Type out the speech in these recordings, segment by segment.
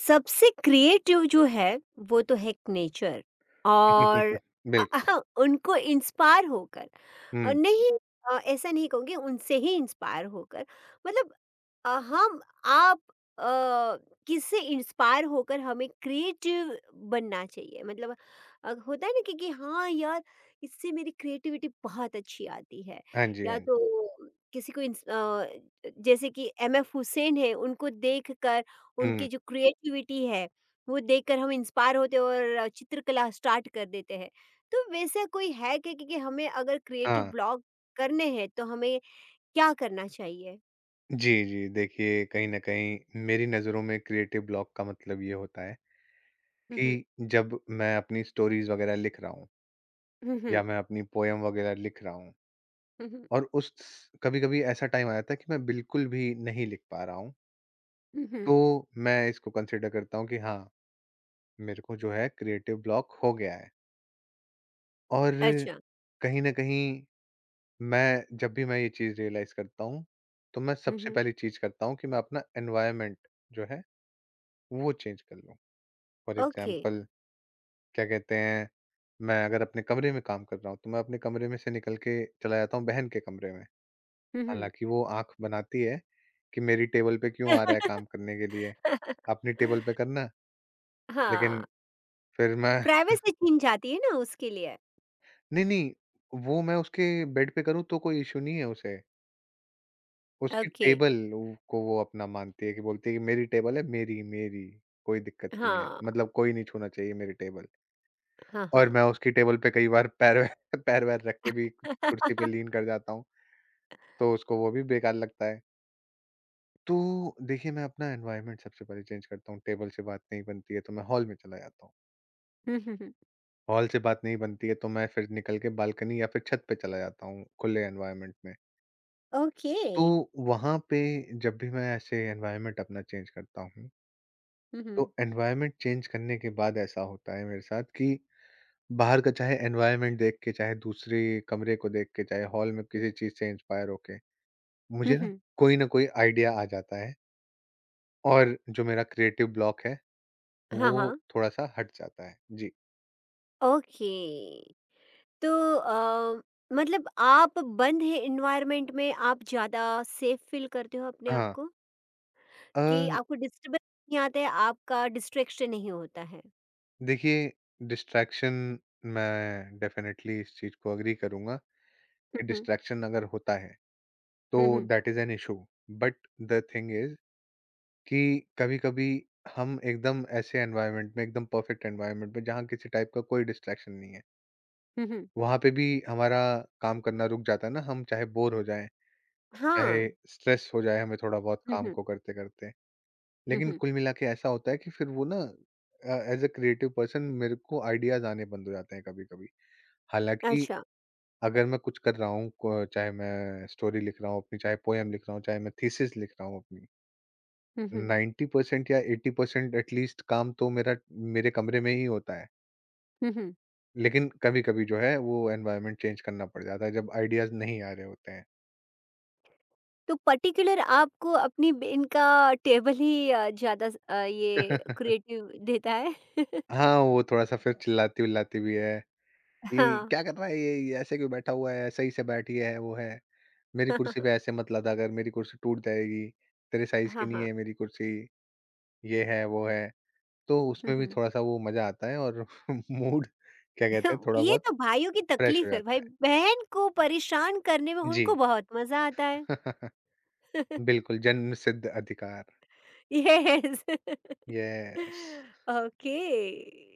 सबसे क्रिएटिव जो है वो तो है नेचर और अ- बिल्कुल। उनको इंस्पायर होकर और हुँ। नहीं। ऐसा नहीं कहूँगी उनसे ही इंस्पायर होकर मतलब हम आप अ, किससे इंस्पायर होकर हमें क्रिएटिव बनना चाहिए मतलब होता है ना कि हाँ यार, इससे मेरी क्रिएटिविटी बहुत अच्छी आती है। हाँ जी, हाँ या जी। तो किसी को जैसे कि M F हुसैन है, उनको देखकर हुँ, उनकी जो क्रिएटिविटी है, वो देखकर हम इंस्पायर होते हैं और चित्रकला स्टार्ट कर देते हैं। तो वैसा कोई है क्या कि हमें अगर क्रिएटिव हाँ। ब्लॉक करने हैं, तो हमें क्या करना चाहिए? जी, जी। देखिए, कहीं न कहीं मेरी नज़रों में क्रिएटिव ब्लॉक का मतलब ये होता है हुँ, हुँ। कि जब मैं अपनी स्टोरीज़ वग़ैरह लिख रहा हूँ हुँ, या हुँ। मैं अपनी पोएम वग़ैरह लिख रहा हूँ हुँ, हुँ। और उस कभी-कभी ऐसा टाइम आ जाता है कि मैं बिल्कुल भी नहीं लिख पा रहा हूँ, हुँ, हुँ। तो मैं इसको कंसिडर करता हूँ कि हाँ, मेरे को जो है क्रिएटिव ब्लॉक हो गया है। और अच्छा। कहीं न कहीं मैं जब भी मैं ये चीज़ रियलाइज़ करता हूँ, तो मैं हुँ, सबसे हुँ। पहली चीज़ करता हूँ कि मैं अपना एनवायरनमेंट जो है, वो चेंज कर लूँ। For okay. एग्ज़ाम्पल क्या कहते हैं, मैं अगर अपने कमरे में काम कर रहा हूँ, तो मैं अपने कमरे में से निकल के चला जाता हूँ बहन के कमरे में। हुँ, हुँ। हालाँकि वो आँख बनाती है कि मेरी टेबल पे क्यों आ रहा है काम करने के लिए, अपनी टेबल पे करना। लेकिन हाँ, फिर मैं प्राइवेसी छीन जाती है ना उसके लिए। नहीं, नहीं, वो मैं उसके बेड पे करूँ तो कोई इश्यू नहीं है उसे। उसकी ओके, टेबल वो को वो अपना मानती है कि बोलती है कि मेरी टेबल है मेरी, मेरी, कोई दिक्कत नहीं है। हाँ, मतलब कोई नहीं छूना चाहिए मेरी टेबल। हाँ, और हाँ। मैं उसकी टेबल पे कई बार पैर वैर पैर वैर रख के भी कुर्सी पे लीन कर जाता हूँ, तो उसको वो भी बेकार लगता है। तो देखिए मैं अपना एनवायरनमेंट सबसे पहले चेंज करता हूँ, टेबल से बात नहीं बनती है तो मैं हॉल में चला जाता हूँ। हुँ, हुँ, हुँ। हॉल से बात नहीं बनती है तो मैं फिर निकल के बालकनी या फिर छत पे चला जाता हूँ, खुले एनवायरनमेंट में। ओके। तो वहाँ पे जब भी मैं ऐसे एनवायरनमेंट अपना चेंज करता हूँ हुँ, तो हुँ। एनवायरनमेंट चेंज करने के बाद ऐसा होता है मेरे साथ कि बाहर का चाहे एनवायरनमेंट देख के, चाहे दूसरे कमरे को देख के, चाहे हॉल में किसी चीज़ से इंस्पायर होके, हुँ, मुझे हुँ। ना कोई आइडिया आ जाता है और जो मेरा क्रिएटिव ब्लॉक है, हाँ, वो हाँ, थोड़ा-सा हट जाता है। जी। ओके। तो अ, मतलब आप बंद है एनवायरनमेंट में आप ज़्यादा सेफ फ़ील करते हो अपने आप हाँ। को? अ, कि आपको डिस्टर्बेंस नहीं आता है, आपका डिस्ट्रैक्शन नहीं होता है? देखिए डिस्ट्रैक्शन मैं डेफ़िनेटली इस चीज़ को एग्री करूँगा हुँ, कि हुँ। डिस्ट्रैक्शन अगर होता है, हुँ, तो hmm. That is an issue, but the thing is कि कभी-कभी हम एकदम ऐसे एनवायरनमेंट में एकदम परफेक्ट एनवायरनमेंट में जहाँ किसी टाइप का कोई डिस्ट्रैक्शन नहीं है, हुँ, हुँ। वहाँ पे भी हमारा काम करना रुक जाता है ना, हम चाहे बोर हो जाएँ, चाहे हाँ। स्ट्रेस हो जाए हमें थोड़ा बहुत हुँ, काम हुँ। को करते-करते। हुँ, लेकिन हुँ। कुल मिला के ऐसा होता है कि फिर वो ना ऐज़ अ क्रिएटिव पर्सन मेरे को आइडियाज़ आने बंद हो जाते हैं कभी-कभी। हालाँकि अच्छा। अगर मैं कुछ कर रहा हूँ, क चाहे मैं स्टोरी लिख रहा हूँ अपनी, चाहे पोएम लिख रहा हूँ, चाहे मैं थीसिस लिख रहा हूँ अपनी। हुँ, हुँ। नाइन्टी परसेंट या 80% एटलीस्ट काम तो मेरा मेरे कमरे में ही होता है। हुँ, हुँ। लेकिन कभी-कभी जो है वो एनवायरनमेंट चेंज करना पड़ जाता है जब आइडियाज़ नहीं आ रहे होते हैं। तो पर्टिकुलर आपको अपनी ब इनका टेबल ही ज़्यादा ये क्रिएटिव देता है? हाँ, वो थोड़ा-सा फिर चिल्लाती-विल्लाती भी है कि, हाँ। "क्या कर रहा है ये? ये ऐसे क्यों बैठा हुआ है? सही से बैठ, ये है, वो है। मेरी कुर्सी हाँ, पे ऐसे मत लादा कर, मेरी कुर्सी टूट जाएगी। तेरे हाँ, साइज़ की हाँ। हाँ, नहीं हाँ। है मेरी कुर्सी, ये है, वो है।" तो हुँ, उसमें भी हुँ। थोड़ा-सा वो मज़ा आता है और मूड क्या कहते हैं थोड़ा ये बहुत तो भाइयों की फ्रेश हो तकलीफ है जाता भाई, बहन को परेशान करने में है। जी। उनको बहुत मज़ा आता है। बिल्कुल, जन्मसिद्ध अधिकार, यस। यस। ओके।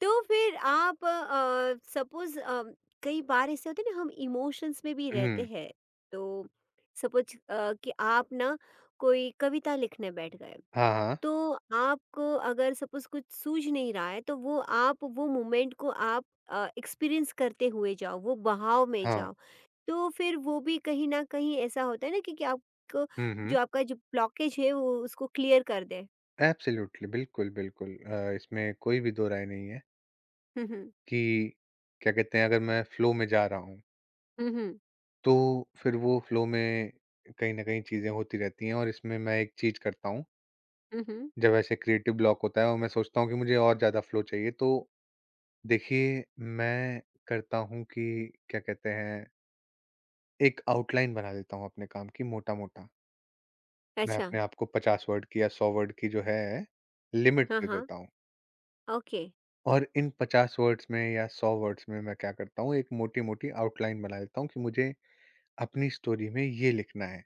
तो फिर आप सपोज़ कई बार ऐसे होते हैं ना, हम इमोशंस में भी रहते हुँ, हैं। तो सपोज़ कि आप ना कोई कविता लिखने बैठ गए। हाँ, हाँ, तो आपको अगर सपोज कुछ सूझ नहीं रहा है तो वो आप वो मोमेंट को आप एक्सपीरियंस करते हुए जाओ, वो बहाव में हाँ। जाओ। तो फिर वो भी कहीं ना कहीं ऐसा होता है ना कि आपको हुँ, हुँ। जो आपका जो ब्लॉकेज है वो उसको क्लियर कर दे। एब्सोल्यूटली, बिल्कुल, बिल्कुल, इसमें कोई भी दो राय नहीं है हम्म। कि क्या कहते हैं, अगर मैं फ़्लो में जा रहा हूँ, हम्म। तो फिर वो फ़्लो में कहीं न कहीं चीज़ें होती रहती हैं और इसमें मैं एक चीज़ करता हूँ, हम्म। हम्म। जब ऐसे क्रिएटिव ब्लॉक होता है और मैं सोचता हूँ कि मुझे और ज़्यादा फ़्लो चाहिए, तो देखिए, मैं करता हूँ कि क्या कहते हैं, एक आउटलाइन बना लेता हूँ अपने काम की मोटा-मोटा। मैं अच्छा। अपने आप को 50 वर्ड की या 100 वर्ड की जो है लिमिट हाँ, दे हाँ। देता हूँ। ओके। और इन 50 वर्ड्स में या 100 वर्ड्स में मैं क्या करता हूँ, एक मोटी-मोटी आउटलाइन बना लेता हूँ कि मुझे अपनी स्टोरी में ये लिखना है।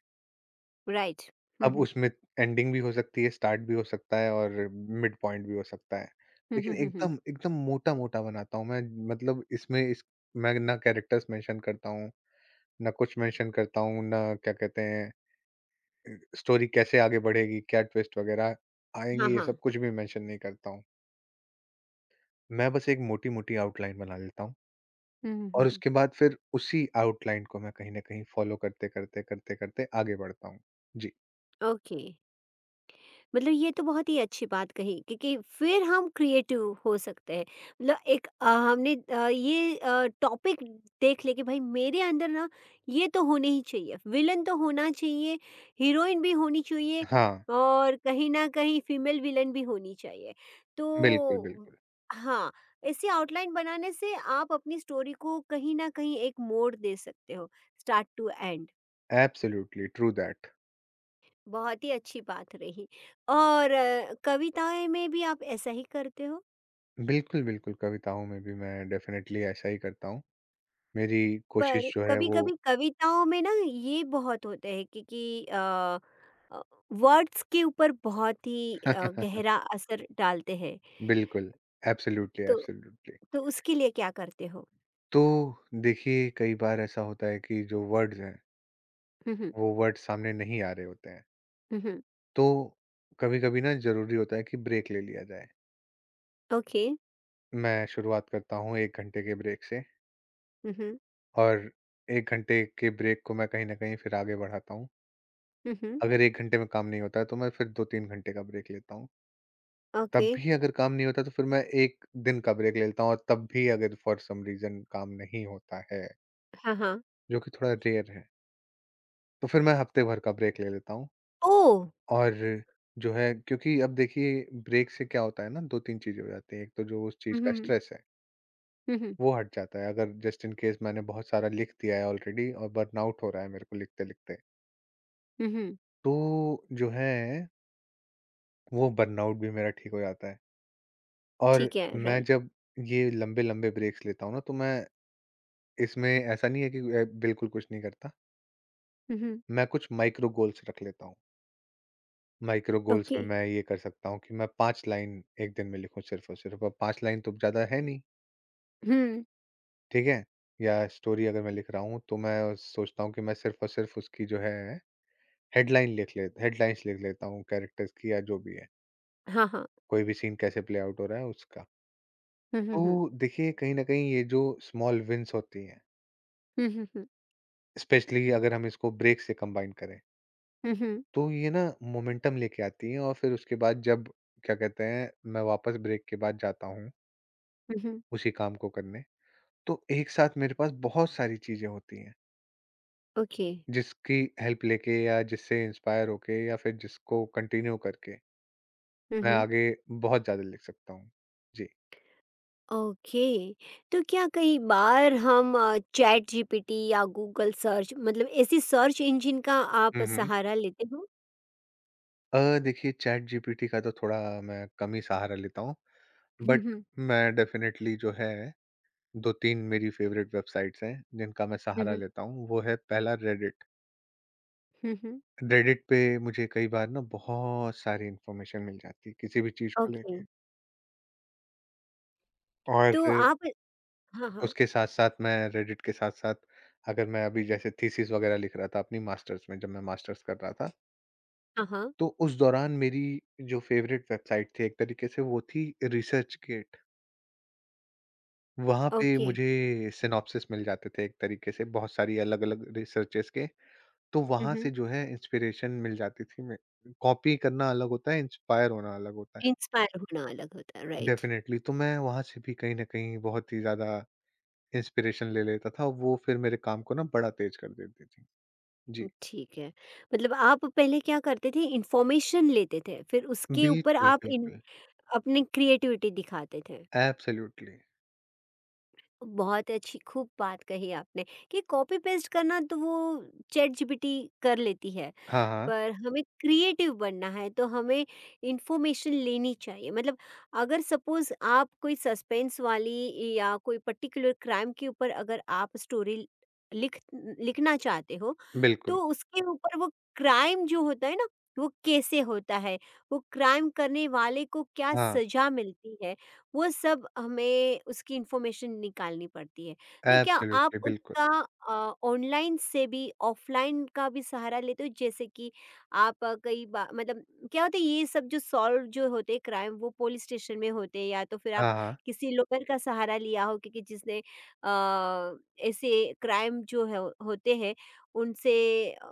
राइट। अब हम्म। उसमें एंडिंग भी हो सकती है, स्टार्ट भी हो सकता है और मिड पॉइंट भी हो सकता है। हम्म। लेकिन हम्म। हम्म। एकदम, एकदम मोटा-मोटा बनाता हूँ मैं, मतलब इसमें इस मैं ना कैरेक्टर्स मेंशन करता हूँ, ना कुछ मेंशन करता हूँ, ना क्या कहते हैं, स्टोरी कैसे आगे बढ़ेगी, क्या ट्विस्ट वगैरह आएँगे, हाँ, ये हाँ। सब कुछ भी मेंशन नहीं करता हूँ। मैं बस एक मोटी-मोटी आउटलाइन बना लेता हूँ हम्म। हम्म। और उसके बाद फिर उसी आउटलाइन को मैं कहीं न कहीं फ़ॉलो करते-करते, करते-करते आगे बढ़ता हूँ। जी। ओके। मतलब ये तो बहुत ही अच्छी बात कही, क्योंकि फिर हम क्रिएटिव हो सकते हैं। मतलब एक हमने ये टॉपिक देख ले कि भाई मेरे अंदर ना ये तो होने ही चाहिए, विलन तो होना चाहिए, हीरोइन भी होनी चाहिए हाँ, और कहीं ना कहीं फीमेल विलन भी होनी चाहिए। बिल्कुल, तो बिल्कुल। हाँ, ऐसी आउटलाइन बनाने से आप अपनी स्टोरी को कहीं ना कहीं एक मोड़ दे सकते हो, start to end. Absolutely, true that. बहुत ही अच्छी बात रही। और कविताएँ में भी आप ऐसा ही करते हो? बिल्कुल, बिल्कुल, कविताओं में भी मैं डेफ़िनेटली ऐसा ही करता हूँ। मेरी पर कोशिश जो है वो कभी-कभी कविताओं में ना ये बहुत होता है कि अ, वर्ड्स के ऊपर बहुत ही गहरा असर डालते हैं। बिल्कुल, एब्सोल्यूटली, तो एब्सोल्यूटली। तो उसके लिए क्या करते हो? तो देखिए, कई बार ऐसा होता है कि जो वर्ड्स हैं, हुँ, हुँ। वो वर्ड्स सामने नहीं आ रहे होते हैं। हुँ, हुँ। तो कभी-कभी ना ज़रूरी होता है कि ब्रेक ले लिया जाए। ओके। मैं शुरुआत करता हूँ 1 घंटे के ब्रेक से हुँ, हुँ। और 1 घंटे के ब्रेक को मैं कहीं न कहीं फिर आगे बढ़ाता हूँ। हुँ, हुँ। अगर 1 घंटे में काम नहीं होता है तो मैं फिर 2-3 घंटे का ब्रेक लेता हूँ। तब ओके। भी अगर काम नहीं होता तो फिर मैं 1 दिन का ब्रेक ले लेता हूँ और तब भी अगर फ़ॉर सम रीज़न काम नहीं होता है, हाँ, हाँ। जो कि थोड़ा रेयर है, तो फिर मैं हफ़्ते भर का ब्रेक ले लेता हूँ। ओह! और जो है क्योंकि अब देखिए ब्रेक से क्या होता है ना 2-3 चीज़ें हो जाती हैं। एक तो जो उस चीज़ हुँ, का हुँ। स्ट्रेस है, हुँ, हुँ। वो हट जाता है, अगर जस्ट इन केस मैंने बहुत सारा लिख दिया है ऑलरेडी और बर्नआउट हो रहा है मेरे को लिखते-लिखते। हुँ, हुँ। तो जो है वो बर्नआउट भी मेरा ठीक हो जाता है। और ठीक है, मैं राइट। जब ये लंबे-लंबे ब्रेक्स लेता हूँ ना तो मैं इसमें ऐसा नहीं है कि बिल्कुल कुछ नहीं करता। हुँ, हुँ। मैं कुछ माइक्रो गोल्स रख लेता हूँ। Micro goals okay. में मैं ये कर सकता हूँ कि मैं 5 लाइन 1 दिन में लिखूँ सिर्फ़ और सिर्फ़। अब 5 लाइन तो ज़्यादा है नहीं, हुँ। ठीक है? या स्टोरी अगर मैं लिख रहा हूँ तो मैं सोचता हूँ कि मैं सिर्फ़ और सिर्फ़ उसकी जो है हेडलाइन लिख ले हेडलाइंस लिख लेता हूँ कैरेक्टर्स की या जो भी है, हाँ, हाँ। कोई भी सीन कैसे प्ले आउट हो रहा है उसका। हुँ, हुँ, तो हुँ। देखिए कहीं न कहीं ये जो स्मॉल विन्स होती हैं, हुँ, हुँ, हुँ। स्पेशली अगर हम इसको ब्रेक से कंबाइन करें, हुँ, हुँ। तो ये ना मोमेंटम लेके आती हैं और फिर उसके बाद जब क्या कहते हैं, मैं वापस ब्रेक के बाद जाता हूँ हुँ, हुँ। उसी काम को करने, तो एक साथ मेरे पास बहुत सारी चीज़ें होती हैं, ओके। जिसकी हेल्प लेके या जिससे इंस्पायर होके या फिर जिसको कंटिन्यू करके हम्म। मैं हम्म। आगे बहुत ज़्यादा लिख सकता हूँ। जी। ओके। तो क्या कई बार हम चैट जीपीटी या गूगल सर्च, मतलब ऐसी सर्च इंजन का आप हुँ, हुँ। सहारा लेते हो? देखिए चैट जीपीटी का तो थोड़ा मैं कम ही सहारा लेता हूँ, हम्म। बट हम्म। मैं डेफ़िनेटली जो है 2-3 मेरी फ़ेवरेट वेबसाइट्स हैं जिनका मैं सहारा हम्म। लेता हूँ, वो है पहला रेडिट। हम्म, हम्म। रेडिट पे मुझे कई बार ना बहुत सारी इन्फॉर्मेशन मिल जाती है किसी भी चीज़ को ओके। लेके और तो आप हाँ, हाँ। उसके साथ-साथ मैं रेडिट के साथ-साथ अगर मैं अभी जैसे थीसिस वग़ैरह लिख रहा था अपनी मास्टर्स में जब मैं मास्टर्स कर रहा था, हाँ, हाँ। तो उस दौरान मेरी जो फ़ेवरेट वेबसाइट थी एक तरीके से वो थी रिसर्चगेट। वहाँ पे ओके। मुझे सिनॉप्सिस मिल जाते थे एक तरीके से बहुत सारी अलग-अलग रिसर्चेस के, तो हम्म, वहाँ से हम्म। जो है इंस्पिरेशन मिल जाती थी मैं, कॉपी करना अलग होता है, इंस्पायर होना अलग होता है। इंस्पायर होना अलग होता है, राइट। डेफ़िनेटली, तो मैं वहाँ से भी कहीं न कहीं बहुत ही ज़्यादा इंस्पिरेशन ले लेता था, और वो फिर मेरे काम को ना बड़ा तेज़ कर देती थी। जी, ठीक है। मतलब आप पहले क्या करते थे, इंफॉर्मेशन लेते थे, फिर उसके ऊपर बिल्कुल, आप बिल्कुल, अपनी क्रिएटिविटी दिखाते थे। एब्सोल्युटली। बहुत अच्छी खूब बात कही आपने कि कॉपी पेस्ट करना तो वो चैट जीपीटी कर लेती है, हाँ, हाँ, पर हमें क्रिएटिव बनना है तो हमें इंफॉर्मेशन लेनी चाहिए। मतलब अगर सपोज आप कोई सस्पेंस वाली या कोई पर्टिकुलर क्राइम के ऊपर अगर आप स्टोरी लिखना चाहते हो, बिल्कुल, तो उसके ऊपर वो क्राइम जो होता है ना, वो कैसे होता है, वो क्राइम करने वाले को क्या हाँ, सजा मिलती है, वो सब हमें उसकी इंफॉर्मेशन निकालनी पड़ती है। तो क्या आप एब्सोल्युटली, बिल्कुल, उसका ऑनलाइन से भी ऑफलाइन का भी सहारा लेते हो? जैसे कि आप कई बा मतलब क्या होता है ये सब जो सॉल्व जो होते हैं क्राइम वो पुलिस स्टेशन में होते हैं, या तो फिर आप हाँ, हाँ, किसी लॉयर का सहारा लिया हो, क्योंकि जिसने अ, ऐसे क्राइम जो है होते हैं उनसे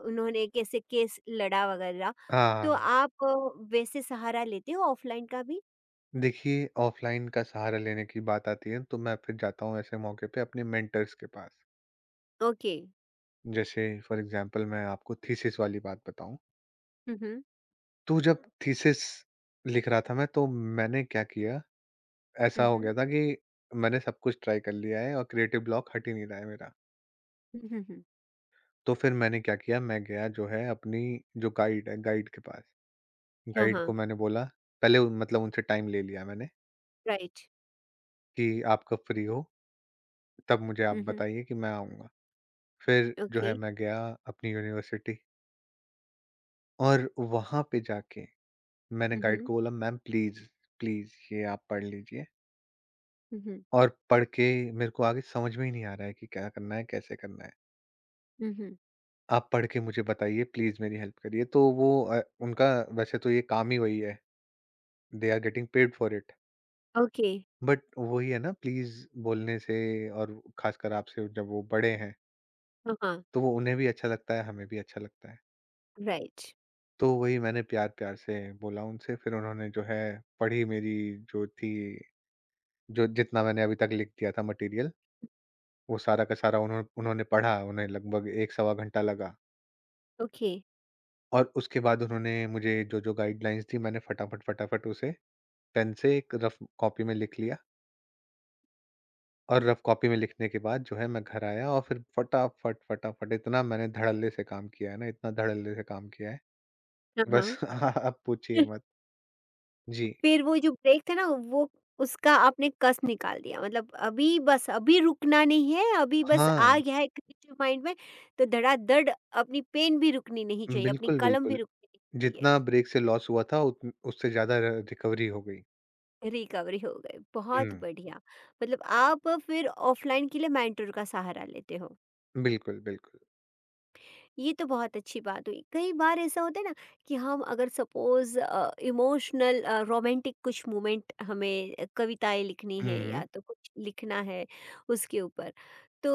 उन्होंने कैसे केस लड़ा वगैरह। हाँ, हाँ, तो हाँ। आप वैसे सहारा लेते हो ऑफलाइन का भी? देखिए, ऑफ़लाइन का सहारा लेने की बात आती है, तो मैं फिर जाता हूँ ऐसे मौके पे अपने मेंटर्स के पास। ओके। जैसे फ़ॉर एग्ज़ाम्पल मैं आपको थीसिस वाली बात बताऊँ, हुँ, हुँ। तो जब थीसिस लिख रहा था मैं, तो मैंने क्या किया, ऐसा हुँ, हो हुँ। गया था कि मैंने सब कुछ ट्राई कर लिया है और क्रिएटिव ब्लॉक हट ही नहीं रहा है मेरा। हुँ, हुँ, हुँ। तो फिर मैंने क्या किया, मैं गया जो है अपनी जो गाइड है, गाइड के पास। हाँ, गाइड को हाँ। मैंने बोला पहले मतलब उनसे टाइम ले लिया मैंने राइट। कि आप कब फ्री हो, तब मुझे आप हुँ, हुँ। बताइए कि मैं आऊँगा। फिर जो ओके। है मैं गया अपनी यूनिवर्सिटी और वहाँ पे जाके मैंने हुँ, गाइड हुँ। को बोला मैम प्लीज, प्लीज ये आप पढ़ लीजिए हुँ, हुँ। और पढ़ के मेरे को आगे समझ में ही नहीं आ रहा है कि क्या करना है कैसे करना है, हुँ, हुँ। आप पढ़ के मुझे बताइए प्लीज मेरी हेल्प करिए तो वो उनका वैसे तो ये काम ही वही है, they are getting paid for it, okay. But वही है ना प्लीज बोलने से और खासकर आपसे जब वो बड़े हैं हाँ, हाँ। तो वो उन्हें भी अच्छा लगता है हमें भी अच्छा लगता है राइट। तो वही मैंने प्यार-प्यार से बोला उनसे, फिर उन्होंने जो है पढ़ी मेरी जो थी जो जितना मैंने अभी तक लिख दिया था मटेरियल, वो सारा का सारा उन्होंने पढ़ा, उन्हें लगभग 1 सवा घंटा लगा। ओके। और उसके बाद उन्होंने मुझे जो-जो गाइडलाइंस दी मैंने फटाफट-फटाफट उसे पेन से एक रफ कॉपी में लिख लिया और रफ कॉपी में लिखने के बाद जो है मैं घर आया और फिर फटाफट-फटाफट इतना मैंने धड़ल्ले से काम किया है ना, इतना धड़ल्ले से काम किया है, हाँ, हाँ। बस आप पूछिए मत। जी। फिर वो जो ब्रेक था ना वो उसका आपने कस निकाल दिया, मतलब अभी बस अभी रुकना नहीं है, अभी बस हाँ, आ गया है क्रिएटिव माइंड में, तो धड़ाधड़ अपनी पेन भी रुकनी नहीं चाहिए, अपनी बिल्कुल, कलम भी बिल्कुल। रुकनी नहीं चाहिए। जितना ब्रेक से लॉस हुआ था उत उससे ज़्यादा र रिकवरी हो गई। रिकवरी हो गई, बहुत हुँ। बढ़िया। मतलब आप फिर ऑफलाइन के लिए मेंटर का सहारा लेते हो। बिल्कुल, बिल्कुल। ये तो बहुत अच्छी बात हुई। कई बार ऐसा होता है ना कि हम अगर सपोज इमोशनल रोमांटिक कुछ मोमेंट, हमें कविताएं लिखनी हुँ, है हुँ। या तो कुछ लिखना है उसके ऊपर, तो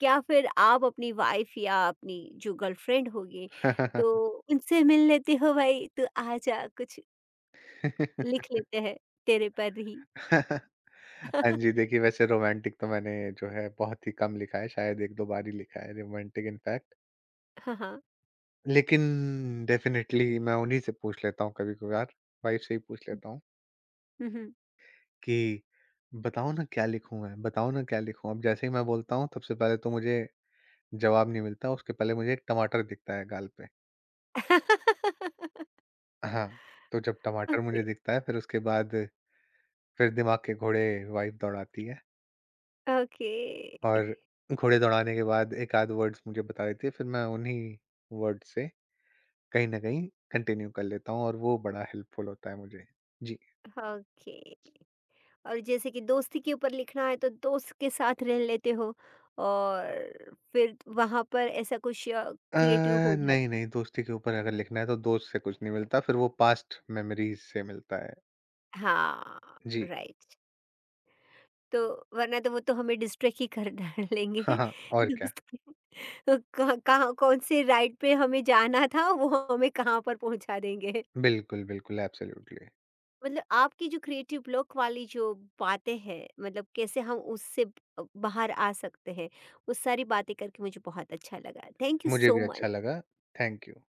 क्या फिर आप अपनी वाइफ या अपनी जो गर्लफ्रेंड होगी, तो उनसे मिल लेते हो, भाई तो आ जा कुछ लिख लेते हैं तेरे पर ही। हाँ जी, देखिए वैसे रोमांटिक तो मैंने जो है बहुत ही कम लिखा है, शायद 1-2 बार ही लिखा है रोमांटिक इनफैक्ट। हाँ, हाँ। लेकिन डेफ़िनेटली मैं उन्हीं से पूछ लेता हूँ कभी-कभार, वाइफ़ से ही पूछ लेता हूँ हम्म, हम्म। कि बताओ ना क्या लिखूँ मैं, बताओ ना क्या लिखूँ? अब जैसे ही मैं बोलता हूँ, सबसे पहले तो मुझे जवाब नहीं मिलता, उसके पहले मुझे एक टमाटर दिखता है गाल पे। हाँ, तो जब टमाटर ओके। मुझे दिखता है फिर उसके बाद फिर दिमाग के घोड़े वाइफ़ दौड़ाती है ओके। और घोड़े दौड़ाने के बाद एक आध वर्ड्स मुझे बता देती है फिर मैं उन्हीं वर्ड से कहीं न कहीं कंटिन्यू कर लेता हूँ और वो बड़ा हेल्पफुल होता है मुझे। जी। ओके। और जैसे कि दोस्ती के ऊपर लिखना है तो दोस्त के साथ रह लेते हो और फिर वहां पर ऐसा कुछ अ, क्रिएटिव हो नहीं, जाता है। नहीं, दोस्ती के ऊपर अगर लिखना है तो दोस्त से कुछ नहीं मिलता फिर वो पास्ट मेमोरीज़ से मिलता है। हाँ। जी। राइट। तो वरना तो वो तो हमें डिस्ट्रैक्ट ही कर डालेंगे। हाँ, हाँ, और क्या। दोस्त के तो कहाँ कहाँ- कौन से राइड पे हमें जाना था वो हमें कहाँ पर पहुंचा देंगे। बिल्कुल, बिल्कुल, एब्सोल्यूटली। मतलब आपकी जो क्रिएटिव ब्लॉक वाली जो बातें हैं, मतलब कैसे हम उससे बाहर आ सकते हैं, वो सारी बातें करके मुझे बहुत अच्छा लगा। थैंक यू मुझे भी सो अच्छा मच। लगा। Thank you.